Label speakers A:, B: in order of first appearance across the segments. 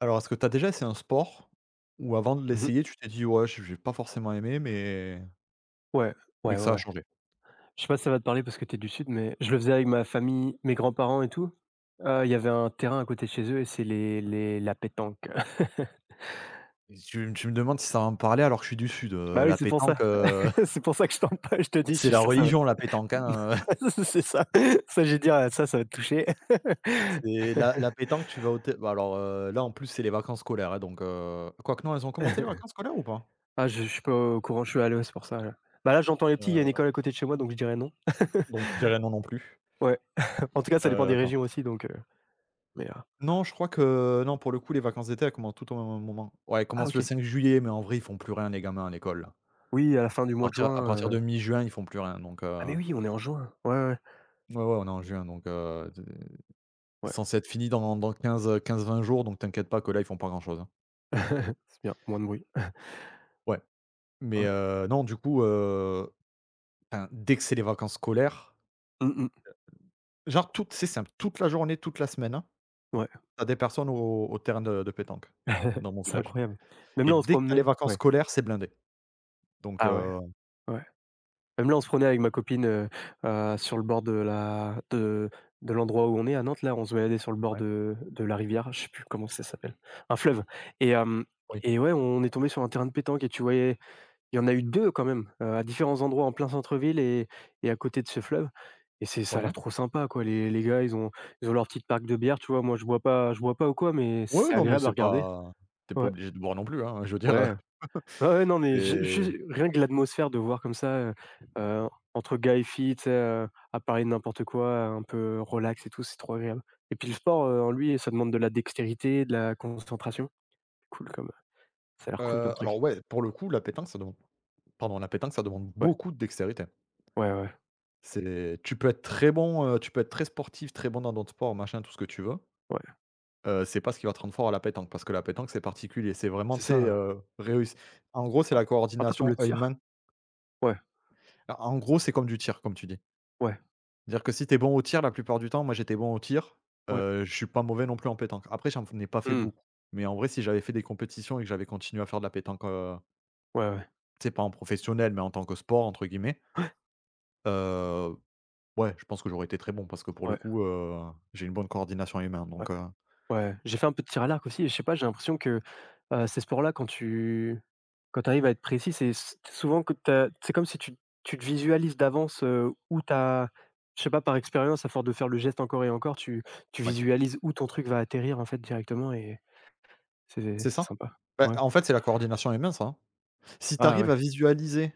A: Alors, est-ce que tu as déjà essayé un sport où avant de
B: Mmh.
A: l'essayer, tu t'es dit: «Ouais, j'ai pas forcément aimé, mais
B: Ouais,
A: mais
B: ouais,
A: que
B: ouais,
A: ça a
B: ouais.
A: changé»?
B: Je sais pas si ça va te parler parce que t'es du sud, mais je le faisais avec ma famille, mes grands-parents et tout. Il y avait un terrain à côté de chez eux et c'est les la pétanque.
A: Et tu me demandes si ça va me parler alors que je suis du sud,
B: Bah oui,
A: la
B: c'est pour
A: pétanque,
B: ça. C'est pour ça que je t'en parle, je te dis, je
A: c'est
B: suis
A: la
B: sûr que ça va.
A: religion la pétanque, hein,
B: C'est ça. Ça, j'ai dit: «Ah, ça va te toucher».
A: c'est la pétanque, tu vas au te bah, alors, là, en plus, c'est les vacances scolaires, hein, donc, quoique non, elles ont commencé les vacances scolaires ou pas?
B: Ah, je suis pas au courant, je suis à l'ouest, c'est pour ça, là. Bah là, j'entends les petits, il y a une
A: Heu,
B: école à côté de chez moi, donc je dirais non.
A: donc je dirais non, non plus.
B: Ouais. En tout cas, ça dépend des
A: Attends.
B: régions aussi, donc mais
A: Non, je crois que non, pour le coup, les vacances d'été, elles commencent tout au même moment. Ouais, elles
B: ah,
A: commencent le
B: OK.
A: 5 juillet, mais en vrai, ils font plus rien les gamins à l'école.
B: Oui, à la fin du
A: À
B: mois de
A: partir à
B: juin,
A: partir de mi-juin, ils font plus rien donc
B: ah, mais oui, on est en juin. Ouais, ouais, ouais.
A: ouais, ouais, on est en juin donc t
B: Ouais.
A: censé être fini dans 15 15 jours donc t'inquiète pas que là, ils font pas grand-chose, hein.
B: C'est bien, moins de bruit.
A: Ouais, mais
B: Ouais.
A: non, du coup, enfin, dès que c'est les vacances scolaires,
B: Mmh mh.
A: genre toute c'est simple, toute la journée, toute la semaine, hein,
B: Ouais,
A: tu des personnes au terrain de pétanque, dans mon
B: c'est
A: village
B: incroyable. Même
A: et
B: là, on se
A: dès que tu les
B: promenait,
A: vacances
B: ouais.
A: scolaires, c'est blindé donc
B: Ah ouais, ouais. Même là, on se promenait avec ma copine, sur le bord de la de l'endroit où on est à Nantes, là, on se baladait sur le bord
A: ouais,
B: de la rivière, je sais plus comment ça s'appelle, un fleuve, et hem
A: oui,
B: et ouais, on est tombé sur un terrain de pétanque et tu voyais, il y en a eu 2 quand même, à différents endroits en plein centre-ville, et à côté de ce fleuve, et c'est ça a
A: ouais.
B: l'air trop sympa quoi. Les gars, ils ont leur petite marque de bière, tu vois? Moi, je bois pas ou quoi, mais
A: Ouais,
B: c'est
A: non, mais
B: agréable à
A: c'est
B: regarder.
A: pas t'es pas
B: Ouais,
A: obligé de boire non plus, hein, je veux dire,
B: ouais. Ouais, ouais, non, mais ju
A: c'est
B: juste rien que l'atmosphère de voir comme ça, heu, entre gars et filles, tu sais, à parler de n'importe quoi, un peu relax et tout, c'est trop agréable, et puis le sport, en lui, ça demande de la dextérité, de la concentration. Cool comme Ça a l'air cool comme
A: alors
B: truc.
A: ouais, pour le coup, la pétanque, ça demande Pardon, la pétanque, ça demande
B: Ouais,
A: beaucoup de dextérité.
B: ouais, ouais,
A: C'est tu peux être très bon, tu peux être très sportif, très bon dans d'autres sports, machin, tout ce que tu veux.
B: ouais.
A: C'est pas ce qui va te rendre fort à la pétanque, parce que la pétanque, c'est particulier. C'est vraiment,
B: C'est
A: tu
B: ça,
A: sais,
B: un
A: réuss en gros, c'est la
B: un peu comme
A: coordination
B: le tir.
A: œil-main.
B: Ouais,
A: En gros, c'est comme du tir, comme tu dis. Cest
B: ouais,
A: à dire que si t'es bon au tir, la plupart du temps, moi, j'étais bon au tir,
B: ouais.
A: je suis pas mauvais non plus en pétanque. Après, j'en f pas fait
B: Mmh.
A: beaucoup. Mais en vrai, si j'avais fait des compétitions et que j'avais continué à faire de la pétanque,
B: Ouais, ouais.
A: tu sais, pas en professionnel, mais en tant que «sport» entre guillemets, heu, ouais, je pense que j'aurais été très bon parce que pour le
B: Ouais,
A: coup, j'ai une bonne coordination humain
B: ouais.
A: donc
B: Ouais, j'ai fait un peu de tir à l'arc aussi et je sais pas, j'ai l'impression que, ces sports-là, quand tu, quand tu arrives à être précis, c'est s souvent que t'as, c'est comme si tu te visualises d'avance, où t'as, je sais pas, par expérience, à force de faire le geste encore et encore, tu
A: ouais.
B: visualises où ton truc va atterrir, en fait, directement, et c'est
A: C'est
B: c'est
A: ça?
B: sympa.
A: Bah,
B: Ouais.
A: en fait, c'est la coordination humain ça, hein. Si tu
B: Ah
A: arrives
B: ouais.
A: à visualiser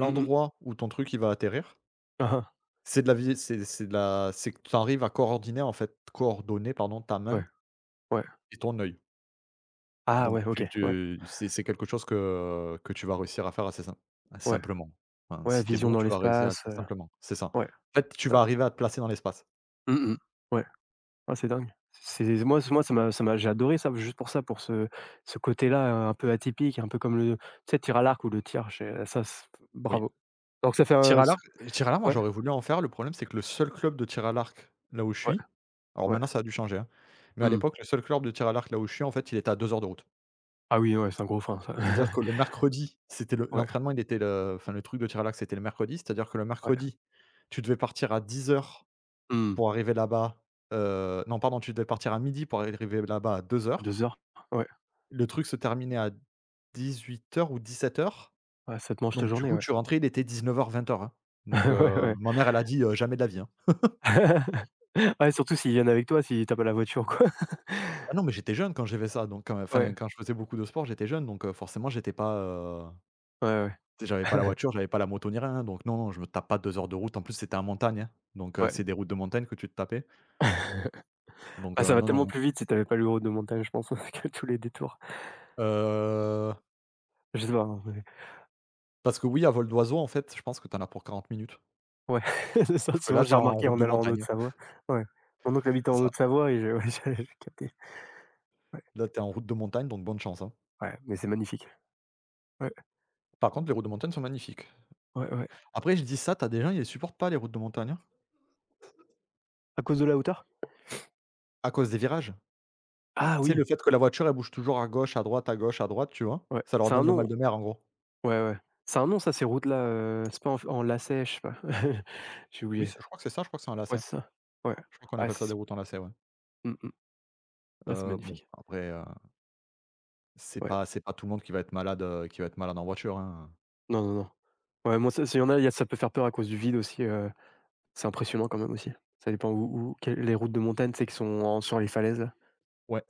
B: Mmh mh.
A: où ton truc il va atterrir,
B: Aha.
A: c'est de la vi c'est de la c'est que tu arrives à coordonner en fait coordonner pardon ta
B: Ouais,
A: main
B: ouais.
A: et ton œil.
B: Ah
A: Donc
B: ouais, OK.
A: tu
B: Ouais,
A: tu c'est quelque chose que tu vas réussir à faire assez
B: ouais,
A: simplement. Enfin,
B: ouais,
A: si tu es
B: vision
A: bon,
B: dans
A: tu vas réussir à le
B: l'espace,
A: faire simplement. C'est ça. En
B: ouais,
A: fait,
B: c'est
A: tu vas
B: dingue.
A: arriver à te placer dans l'espace.
B: Mmh mh. Ouais. Ah, c'est dingue. C'est moi c Moi, ça m'a j'ai adoré ça, juste pour ça, pour ce côté-là, un peu atypique, un peu comme le tu sais, tir à l'arc ou le tir, j'ai ça c
A: Oui.
B: bravo. Donc ça fait
A: Tir
B: un
A: à
B: c,
A: l'arc Tir à l'arc, moi,
B: ouais,
A: j'aurais voulu en faire. Le problème, c'est que le seul club de tir à l'arc, là où je
B: ouais,
A: suis alors
B: ouais.
A: maintenant, ça a dû changer, hein, mais à
B: Mmh.
A: l'époque, le seul club de tir à l'arc, là où je suis, en fait, il était à 2 heures de route.
B: Ah oui, ouais, c'est un gros frein ça.
A: C'est-à-dire que le mercredi, c'était le
B: Ouais,
A: l'entraînement, il était le enfin, le truc de tir à l'arc, c'était le mercredi. C'est-à-dire que le
B: ouais.
A: mercredi, tu devais partir à 10 heures
B: Mmh.
A: pour arriver là-bas, non, pardon, tu devais partir à midi pour arriver là-bas à 2 heures.
B: 2 heures? Ouais.
A: Le truc se terminait à 18 heures ou 17 heures,
B: Ouais, ça te mange ta
A: donc du
B: journée,
A: coup,
B: ouais.
A: tu rentrais, il était 19 heures 20 heures. Hein. Donc
B: Ouais, ouais.
A: ma mère, elle a dit: «Jamais de la vie, hein».
B: Ouais, surtout s'ils viennent avec toi, si t'as pas la voiture quoi.
A: Ah non, mais j'étais jeune quand j'avais ça, donc
B: Ouais,
A: enfin, quand je faisais beaucoup de sport, j'étais jeune, donc forcément, j'étais pas,
B: ouais, ouais.
A: tu sais, j'avais pas la voiture, j'avais pas la moto ni rien, donc non, non, je me tape pas 2 heures de route. En plus, c'était en montagne, hein, donc
B: Ouais.
A: c'est des routes de montagne que tu te tapais, donc
B: Ah, ça va
A: non,
B: tellement
A: non, hein.
B: plus vite si t'avais pas le routes de montagne je pense, que tous les détours.
A: heu,
B: Je sais pas, hein.
A: Parce que oui, à vol d'oiseau, en fait, je pense que tu en as pour 40 minutes,
B: Ouais, c'est ça,
A: sauf que
B: souvent
A: là, tu es
B: j'ai
A: en
B: remarqué
A: route
B: en
A: de
B: allant en
A: montagne, hein,
B: Haute-Savoie. Ouais. Mon oncle habitait
A: c'est
B: en
A: ça.
B: Haute-Savoie et je, ouais, j'ai capté. Ouais,
A: Là, tu es en route de montagne, donc bonne chance, hein.
B: ouais, mais c'est magnifique. Ouais,
A: Par contre, les routes de montagne sont magnifiques.
B: ouais, ouais.
A: Après, je dis ça, tu as des gens, ils les supportent pas les routes de montagne, hein,
B: À cause de la hauteur?
A: à cause des virages.
B: Ah
A: Tu sais,
B: oui,
A: le fait que la voiture, elle bouge toujours à gauche, à droite, à gauche, à droite, tu vois?
B: ouais,
A: Ça leur
B: c'est
A: donne
B: un
A: le mal
B: nom.
A: de mer, en gros.
B: Ouais, ouais. C'est un nom ça ces routes-là, c'est pas en lacet, je sais pas. J'ai
A: Oui, c'est
B: oublié.
A: je crois que c'est ça, je crois que c'est un
B: Ouais,
A: lacet.
B: c'est ça. Ouais.
A: Je crois qu'on
B: Ah
A: appelle
B: c'est
A: ça des
B: s
A: routes en lacet, ouais.
B: Mmh, mmh. Ouais, c'est
A: Bon,
B: magnifique.
A: après,
B: Ouais.
A: c'est pas tout le monde qui va être malade, qui va être malade en voiture, hein.
B: Non, non, non. Ouais, moi ça, s'il y en a, il y a ça peut faire peur à cause du vide aussi, c'est impressionnant quand même aussi. Ça dépend où quelles les routes de montagne, c'est sais, qui sont en sur les falaises là.
A: Ouais,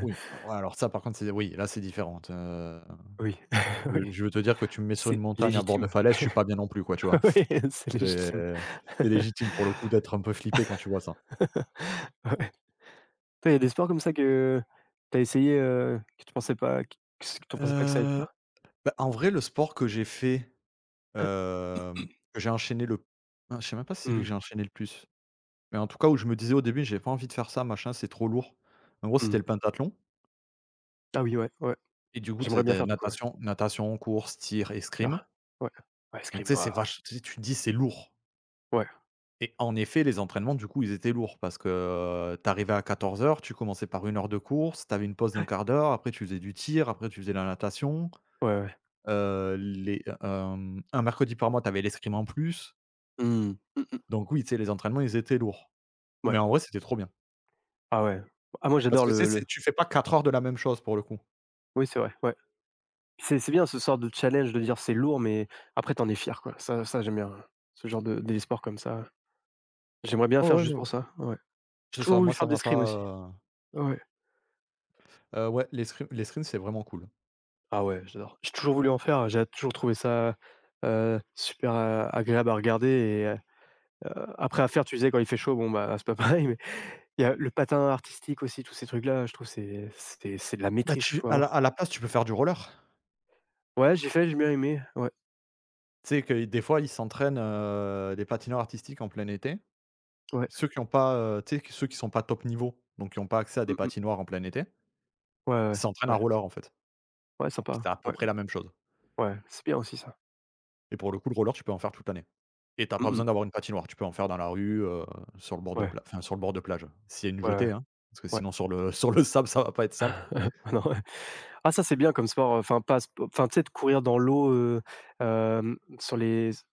A: oui, ah ouais, alors ça, par contre, c'est oui, là, c'est différent,
B: Oui, oui.
A: je veux te dire que tu me mets sur une
B: C'est
A: montagne à bord de
B: légitime.
A: falaise, je suis pas bien non plus, quoi, tu vois?
B: Oui, c'est
A: C'est
B: légitime.
A: c'est légitime, pour le coup, d'être un peu flippé quand tu vois ça.
B: Ouais. Toi, il y a des sports comme ça que tu as essayé, que tu pensais pas que que tu pensais pas que ça allait te
A: Heu,
B: plaire?
A: Bah, en vrai, le sport que j'ai fait que j'ai enchaîné le ah, je sais même pas si c'est lui que
B: Mmh,
A: j'ai enchaîné le plus. Mais en tout cas, où je me disais au début: «J'ai pas envie de faire ça, machin, c'est trop lourd». En gros,
B: mmh.
A: c'était le pentathlon
B: Ah oui, ouais, ouais.
A: et du coup,
B: J'aimerais bien
A: c'était
B: faire du coup, ouais.
A: natation, course, tir,
B: Tiens,
A: escrime.
B: ouais. Ouais,
A: Donc tu
B: escrime,
A: sais, c'est
B: waouh.
A: vache tu sais, tu te dis: «C'est lourd»
B: Ouais,
A: et en effet, les entraînements, du coup, ils étaient lourds parce que, tu arrivais à 14:00, tu commençais par 1 heure de course, tu avais une pause d'un quart d'heure, après tu faisais du tir, après tu faisais la natation.
B: ouais, ouais.
A: Les un mercredi par mois, tu avais l'escrime en plus.
B: Mmh. Mmh mh.
A: Donc oui, tu sais, les entraînements, ils étaient lourds. Mais
B: Ouais.
A: en vrai, c'était trop bien.
B: Ah ouais. Ah moi
A: Parce
B: j'adore
A: que tu sais, c'est
B: le
A: tu fais pas 4 heures de la même chose, pour le coup.
B: oui, c'est vrai, ouais. C'est bien ce sort de challenge de dire c'est lourd, mais après t'en es fier quoi. Ça ça j'aime bien, ce genre de des sports comme ça. J'aimerais bien
A: Ah
B: faire
A: ouais,
B: juste
A: non.
B: pour ça, ouais. J'ai
A: C'est
B: toujours
A: ça, moi
B: voulu faire
A: ça
B: de
A: m'a
B: l'escrime aussi.
A: pas,
B: Ouais.
A: ouais, l'escrime, c'est vraiment cool.
B: Ah ouais, j'adore. J'ai toujours voulu en faire, j'ai toujours trouvé ça, super, agréable à regarder et après à faire, tu disais quand il fait chaud, bon, bah, c'est pas pareil, mais il y a le patin artistique aussi, tous ces trucs-là, je trouve c'est de la
A: Bah,
B: maîtrise qu'il
A: tu
B: faut avoir.
A: À la place, tu peux faire du roller.
B: Ouais, j'ai fait, j'ai bien aimé, ouais,
A: Tu sais que des fois, ils s'entraînent, des patineurs artistiques en plein été.
B: ouais,
A: Ceux qui ont pas, tu sais, ceux qui sont pas top niveau, donc qui ont pas accès à des
B: mmh mh,
A: patinoires en plein été,
B: ouais,
A: ils
B: ouais,
A: s'entraînent à
B: ouais,
A: roller, en fait.
B: ouais,
A: C'est
B: sympa,
A: à peu
B: ouais,
A: près la même chose
B: ouais, c'est bien aussi ça.
A: et pour le coup, le roller, tu peux en faire toute l'année et tu as pas
B: Mmh mh,
A: besoin d'avoir une patinoire. Tu peux en faire dans la rue, sur le bord de
B: ouais,
A: pla enfin, sur le bord de plage, s'il y a une
B: ouais,
A: jetée, hein, parce que
B: ouais.
A: sinon sur le sur le sable, ça va pas être simple.
B: Ah non, ouais. Ah ça, c'est bien comme sport, enfin pas sp enfin tu sais, de courir dans l'eau, sur les s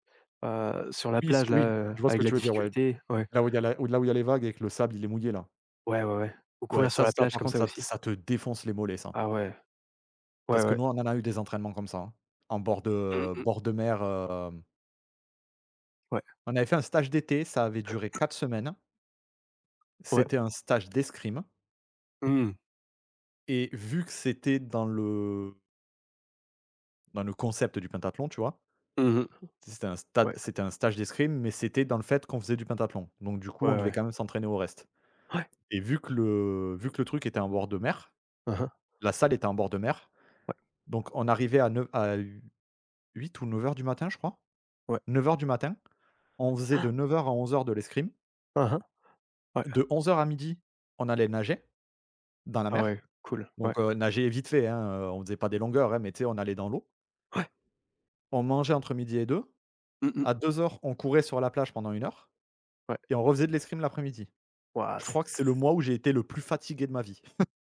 B: sur la
A: Oui, s
B: plage là,
A: oui, je vois ce que
B: avec la
A: tu veux dire, ouais.
B: difficulté, ouais.
A: Là où il y a là où il y a les vagues et que le sable, il est mouillé là.
B: Ouais, ouais, ouais. Ou
A: Ouais,
B: courir sur
A: ça
B: la
A: ça
B: plage
A: par
B: comme
A: contre,
B: ça aussi.
A: ça te défonce les mollets ça.
B: Ah ouais, ouais,
A: Parce que
B: ouais.
A: nous, on en a eu des entraînements comme ça, hein, en bord
B: Mmh mh.
A: de mer,
B: Ouais,
A: on avait fait un stage d'été, ça avait duré 4 semaines.
B: ouais.
A: C'était un stage d'escrime
B: Mmh mh.
A: et vu que c'était dans le concept du pentathlon, tu vois?
B: Mmh.
A: C'était un stade
B: Ouais,
A: c'était un stage d'escrime, mais c'était dans le fait qu'on faisait du pentathlon. Donc du coup,
B: ouais,
A: on devait
B: ouais.
A: quand même s'entraîner au reste
B: Ouais.
A: et vu que le truc était en bord de mer,
B: Hein, hein.
A: la salle était en bord de mer.
B: Ouais,
A: Donc on arrivait à neu à 8 ou 9:00 du matin, je crois.
B: ouais.
A: 9 heures du matin, on faisait de 9 heures à 11 heures de l'escrime.
B: Hein, hein. Ouais.
A: De 11 heures à midi, on allait nager dans la
B: Ah
A: mer.
B: ouais, cool. Ouais,
A: Donc nager vite fait, hein, on faisait pas des longueurs, hein, mais tu sais, on allait dans l'eau.
B: ouais.
A: On mangeait entre midi et deux.
B: Mmh mh.
A: À deux heures, on courait sur la plage pendant 1 heure
B: Ouais.
A: et on refaisait de l'escrime l'après-midi.
B: Waouh,
A: Je crois que
B: c
A: c'est le mois où j'ai été le plus fatigué de ma vie.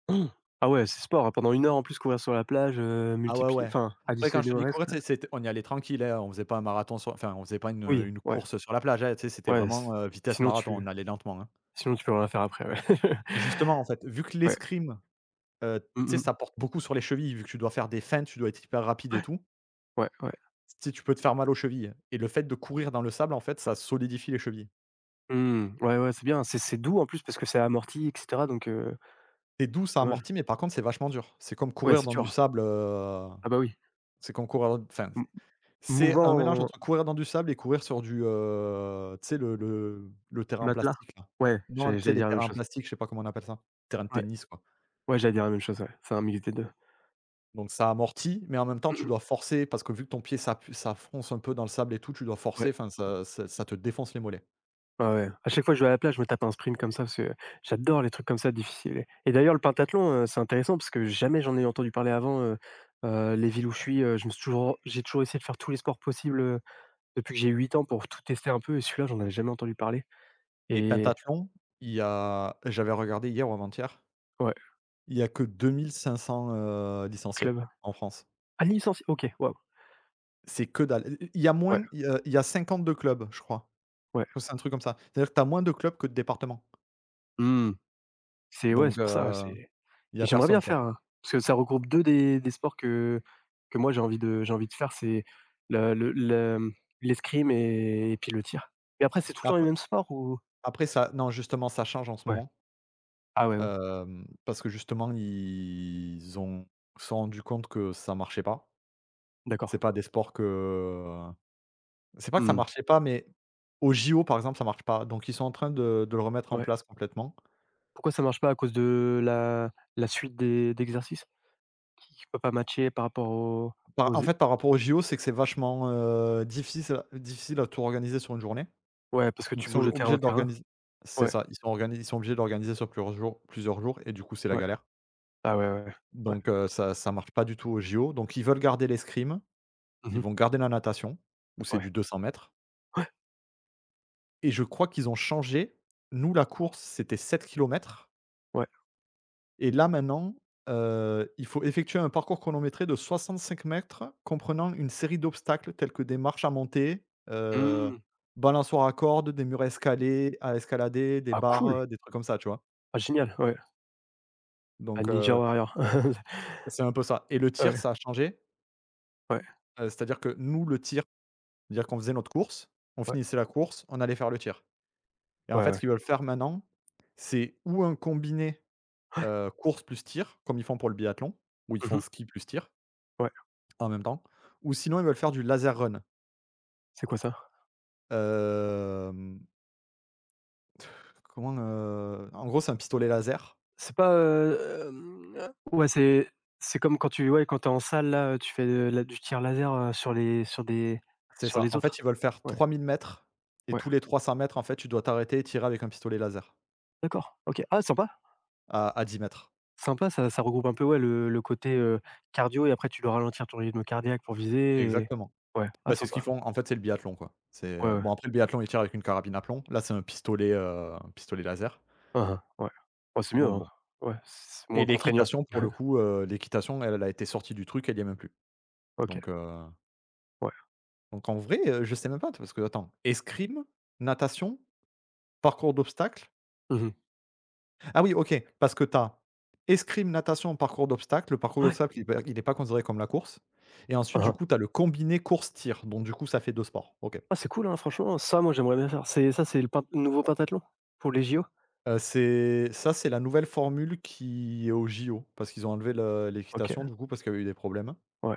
B: c ah ouais, c'est sport, hein, pendant une heure en plus courir sur la plage,
A: Ah ouais,
B: multiplier,
A: ouais.
B: enfin,
A: Après quand je
B: additionner
A: te
B: au
A: dis
B: reste,
A: courir, tu sais, c'était on y allait tranquille, hein, on faisait pas un marathon sur enfin on faisait pas
B: oui,
A: une
B: ouais.
A: course sur la plage, hein, tu sais, c'était
B: Ouais,
A: vraiment,
B: s
A: vitesse
B: sinon
A: marathon, on
B: tu
A: allait lentement, hein.
B: sinon tu peux rien faire après, ouais.
A: Et justement, en fait, vu que
B: Ouais.
A: l'escrime, heu, tu
B: Mmh
A: sais,
B: mh.
A: ça porte beaucoup sur les chevilles, vu que tu dois faire des feintes, tu dois être hyper rapide et tout,
B: Ouais, ouais.
A: si tu peux te faire mal aux chevilles et le fait de courir dans le sable, en fait, ça solidifie les chevilles.
B: Mmh. Ouais, ouais, c'est bien. C'est doux en plus parce que c'est amorti et cetera, donc
A: C'est doux,
B: c'est
A: ça
B: pas mal.
A: amortit, mais par contre, c'est vachement dur. C'est comme
B: Ouais,
A: courir
B: c'est
A: dans du
B: dur.
A: sable,
B: Ah bah oui.
A: c'est comme courir dans enfin,
B: M
A: c'est
B: mouvant
A: un mélange
B: en
A: entre courir dans du sable et courir sur du, tu sais, le terrain
B: matelas.
A: plastique, là.
B: Ouais,
A: Non,
B: j'allais
A: tu sais,
B: j'allais
A: les
B: dire la même
A: terrains
B: chose.
A: plastiques. Je sais pas comment on appelle ça. Terrain de
B: Ouais,
A: tennis, quoi.
B: ouais, j'allais dire la même chose, ouais. C'est un mix des 2.
A: Donc ça amortit, mais en même temps,
B: Mmh
A: tu
B: mh.
A: dois forcer parce que vu que ton pied s'enfonce un peu dans le sable et tout, tu dois forcer,
B: Ouais.
A: enfin ça te défonce les mollets.
B: Ouais, ouais. À chaque fois que je vais à la plage, je me tape un sprint comme ça parce que j'adore les trucs comme ça difficiles et d'ailleurs le pentathlon, c'est intéressant parce que jamais j'en ai entendu parler avant, les villes où je suis, je me suis toujours j'ai toujours essayé de faire tous les sports possibles, depuis que j'ai 8 ans, pour tout tester un peu, et celui-là, j'en avais jamais entendu parler
A: Mais
B: et
A: pentathlon, il y a j'avais regardé hier ou avant-hier,
B: ouais,
A: il y a que 2 500, licenciés
B: club.
A: en France.
B: Ah licencié, OK, waouh,
A: C'est que dalle. Il y a
B: ouais,
A: moins il y a 52 clubs, je crois.
B: ouais.
A: C'est un truc comme ça. C'est-à-dire que tu as moins de clubs que de départements.
B: Mmh. C'est, ouais,
A: Donc,
B: c'est pour ça, c'est
A: il y a
B: j'aimerais
A: personne,
B: bien
A: quoi.
B: faire, hein, parce que ça regroupe 2 des sports que moi j'ai envie de faire, c'est le, mmh, l'escrime et puis le tir, et après c'est tout le temps les
A: Après
B: mêmes sports ou
A: Après ça non, justement, ça change en ce
B: ouais?
A: moment,
B: Ah ouais, ouais,
A: parce que justement ils ont se sont rendu compte que ça marchait pas.
B: d'accord.
A: C'est pas des sports que c'est pas que ça
B: Mmh.
A: marchait pas, mais aux JO, par exemple, ça marche pas. Donc ils sont en train de le remettre en
B: Ouais.
A: place complètement.
B: Pourquoi ça marche pas, à cause de la suite des d'exercices qui peut pas matcher par rapport aux
A: Par
B: aux
A: en
B: é
A: fait, par rapport aux JO, c'est que c'est vachement, difficile à tout organiser sur une journée.
B: ouais, parce que
A: Donc ils
B: tu
A: sont
B: bouges de terrain
A: obligés
B: en
A: de
B: terrain?
A: l'organiser. C'est
B: Ouais.
A: ça, ils sont obligés de l'organiser sur plusieurs jours et du coup, c'est la
B: Ouais.
A: galère.
B: Ah ouais, ouais, ouais. Ouais.
A: Donc, ça marche pas du tout aux JO. Donc ils veulent garder l'escrime.
B: Mmh
A: Ils
B: mh.
A: vont garder la natation, où c'est
B: Ouais,
A: du 200 mètres et je crois qu'ils ont changé. Nous, la course, c'était 7 km
B: ouais.
A: et là, maintenant, il faut effectuer un parcours chronométré de 65 mètres comprenant une série d'obstacles tels que des marches à monter,
B: Mmh.
A: balançoires à cordes, des murs à escalader, des
B: Ah,
A: barres,
B: cool!
A: des trucs comme ça, tu vois?
B: Ah génial, ouais. Ah,
A: Donc,
B: Ninja Warrior.
A: c'est un peu ça et le tir,
B: Ouais,
A: ça a changé,
B: ouais,
A: c'est-à-dire que nous, le tir, c'est-à-dire qu'on faisait notre course, on
B: ouais,
A: finissait la course, on allait faire le tir. Et en
B: ouais,
A: fait,
B: ouais.
A: ce qu'ils veulent faire maintenant, c'est ou un combiné,
B: Ouais.
A: course plus tir, comme ils font pour le biathlon, où ils
B: Mmh
A: font
B: mh.
A: ski plus tir
B: Ouais.
A: en même temps, ou sinon ils veulent faire du laser run.
B: C'est quoi ça?
A: Hem, en gros, c'est un pistolet laser.
B: C'est pas, ouais, c'est comme quand tu, ouais, quand tu es en salle là, tu fais, la du tir laser,
A: C'est
B: sur
A: ça.
B: les
A: En fait,
B: autres?
A: ils veulent faire
B: Ouais,
A: 3 000 mètres et
B: ouais.
A: tous les 300 mètres, en fait, tu dois t'arrêter et tirer avec un pistolet laser
B: D'accord, OK. Ah, sympa,
A: à 10 m.
B: sympa, ça ça regroupe un peu, ouais, le côté, cardio, et après tu dois ralentir ton rythme cardiaque pour viser et,
A: Exactement.
B: ouais, ah
A: Bah, c'est ce qu'ils
B: sympa.
A: font. En fait, c'est le biathlon, quoi.
B: Ouais,
A: C'est
B: ouais.
A: bon, après le biathlon, ils tirent avec une carabine à plomb. Là, c'est un pistolet laser,
B: Hein hein, ouais. Bah, c'est mieux,
A: donc
B: hein.
A: bon.
B: Ouais, c'est
A: Et
B: moins contraignant.
A: l'équitation pour le coup, l'équitation elle a été sortie du truc, elle y est même plus.
B: OK,
A: Donc heu,
B: ouais.
A: donc en vrai, je sais même pas, parce que attends, escrime, natation, parcours d'obstacles.
B: Mmh.
A: Ah oui, OK, parce que tu as escrime, natation, parcours d'obstacles. Le parcours
B: Ouais.
A: d'obstacles, il n'est pas considéré comme la course et
B: Hein
A: ensuite du
B: hein.
A: coup, tu as le combiné course-tir, donc du coup, ça fait 2 sports. OK.
B: Ah, c'est cool, hein, franchement, ça, moi, j'aimerais bien faire. C'est ça, c'est le pent nouveau pentathlon? Pour les JO?
A: C'est ça, c'est la nouvelle formule qui est aux JO parce qu'ils ont enlevé le
B: OK,
A: l'équitation du coup, parce qu'il y a eu des problèmes.
B: ouais.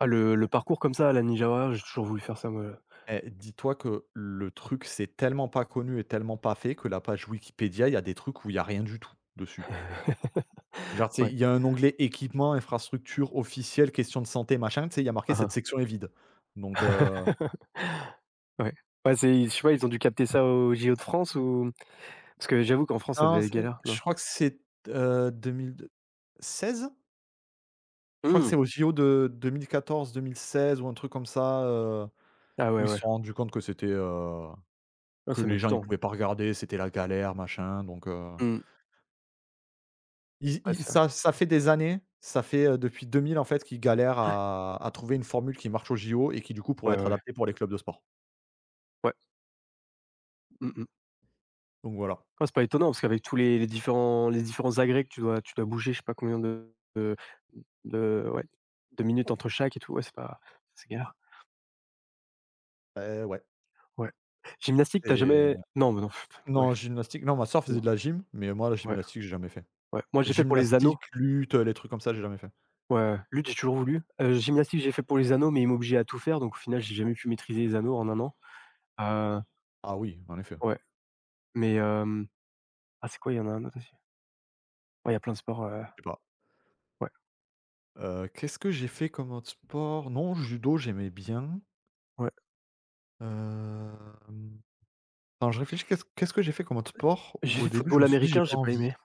B: Ah, le parcours comme ça à la Ninja, j'ai toujours voulu faire ça, moi,
A: Eh, dis-toi que le truc, c'est tellement pas connu et tellement pas fait que la page Wikipédia, il y a des trucs où il y a rien du tout dessus. Genre, tu sais,
B: ouais.
A: il y a un onglet équipement, infrastructure officielle, questions de santé, machin, tu sais, il y a marqué
B: Hein
A: cette
B: hein.
A: section est vide. Donc,
B: Ouais. Ouais, c'est je sais pas, ils ont dû capter ça aux JO de France ou, parce que j'avoue qu'en France, ça
A: non,
B: devait être
A: c'est
B: galère, non?
A: je crois que c'est, 2016. Je crois que
B: Mmh.
A: c'est aux JO de deux mille quatorze, mille seize ou un truc comme ça,
B: Ah
A: où
B: ouais,
A: ils se
B: ouais.
A: sont rendus compte que c'était,
B: Ah,
A: que
B: ça met
A: les
B: du
A: gens, ils
B: temps.
A: pouvaient pas regarder, c'était la galère, machin, donc.
B: Mmh.
A: Ils
B: Ouais,
A: ils
B: c'est vrai.
A: ça fait des années, ça fait, depuis 2000 en fait qu'ils galèrent à trouver une formule qui marche aux JO et qui du coup pourrait
B: Ouais, ouais,
A: être
B: ouais.
A: adaptée pour les clubs de sport.
B: Ouais. Mmh mh.
A: Donc voilà.
B: Ouais, c'est pas étonnant parce qu'avec tous les différents agrès que tu dois bouger, je sais pas combien de ouais, de minutes entre chaque et tout, ouais, c'est pas c'est galère,
A: Et ouais,
B: ouais. Gymnastique, t'as
A: et
B: jamais non, mais non, pff, ouais,
A: non, gymnastique, non, ma sœur faisait
B: non,
A: de la gym, mais moi la
B: ouais,
A: gymnastique, j'ai jamais fait.
B: ouais. Moi, j'ai fait pour les anneaux,
A: Gymnastique, lutte, les trucs comme ça, j'ai jamais fait.
B: ouais, lutte, j'ai toujours voulu. Gymnastique, j'ai fait pour les anneaux, mais ils m'obligeaient à tout faire, donc au final, j'ai jamais pu maîtriser les anneaux en un an. Heu,
A: Ah oui, en effet,
B: ouais, mais ah, c'est quoi? Il y en a un autre aussi. Ouais, il y a plein de sports,
A: je sais pas.
B: ouais,
A: Qu'est-ce que j'ai fait comme autre sport? Non, judo, j'aimais bien.
B: ouais.
A: Hem, attends, je réfléchis, qu'est-ce que j'ai fait comme autre sport
B: J'ai
A: où au
B: fait
A: début je
B: football
A: me suis dit: «J'ai
B: américain,
A: pas
B: j'ai pas
A: envie»?
B: aimé.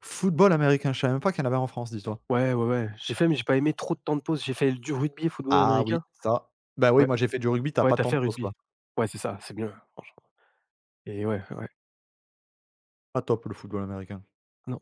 A: Football américain, je savais même pas qu'il y en avait en France, dis-toi.
B: Ouais, ouais, ouais, j'ai fait, mais j'ai pas aimé, trop de temps de pause. J'ai fait du rugby et football
A: Ah oui,
B: américain.
A: ça. Bah oui,
B: Ouais,
A: moi j'ai fait du rugby, t'as
B: ouais,
A: pas
B: t'as
A: tant
B: fait
A: de pauses quoi.
B: rugby. Ouais, c'est ça, c'est mieux, hein, franchement, et ouais, ouais.
A: Pas top le football américain.
B: Non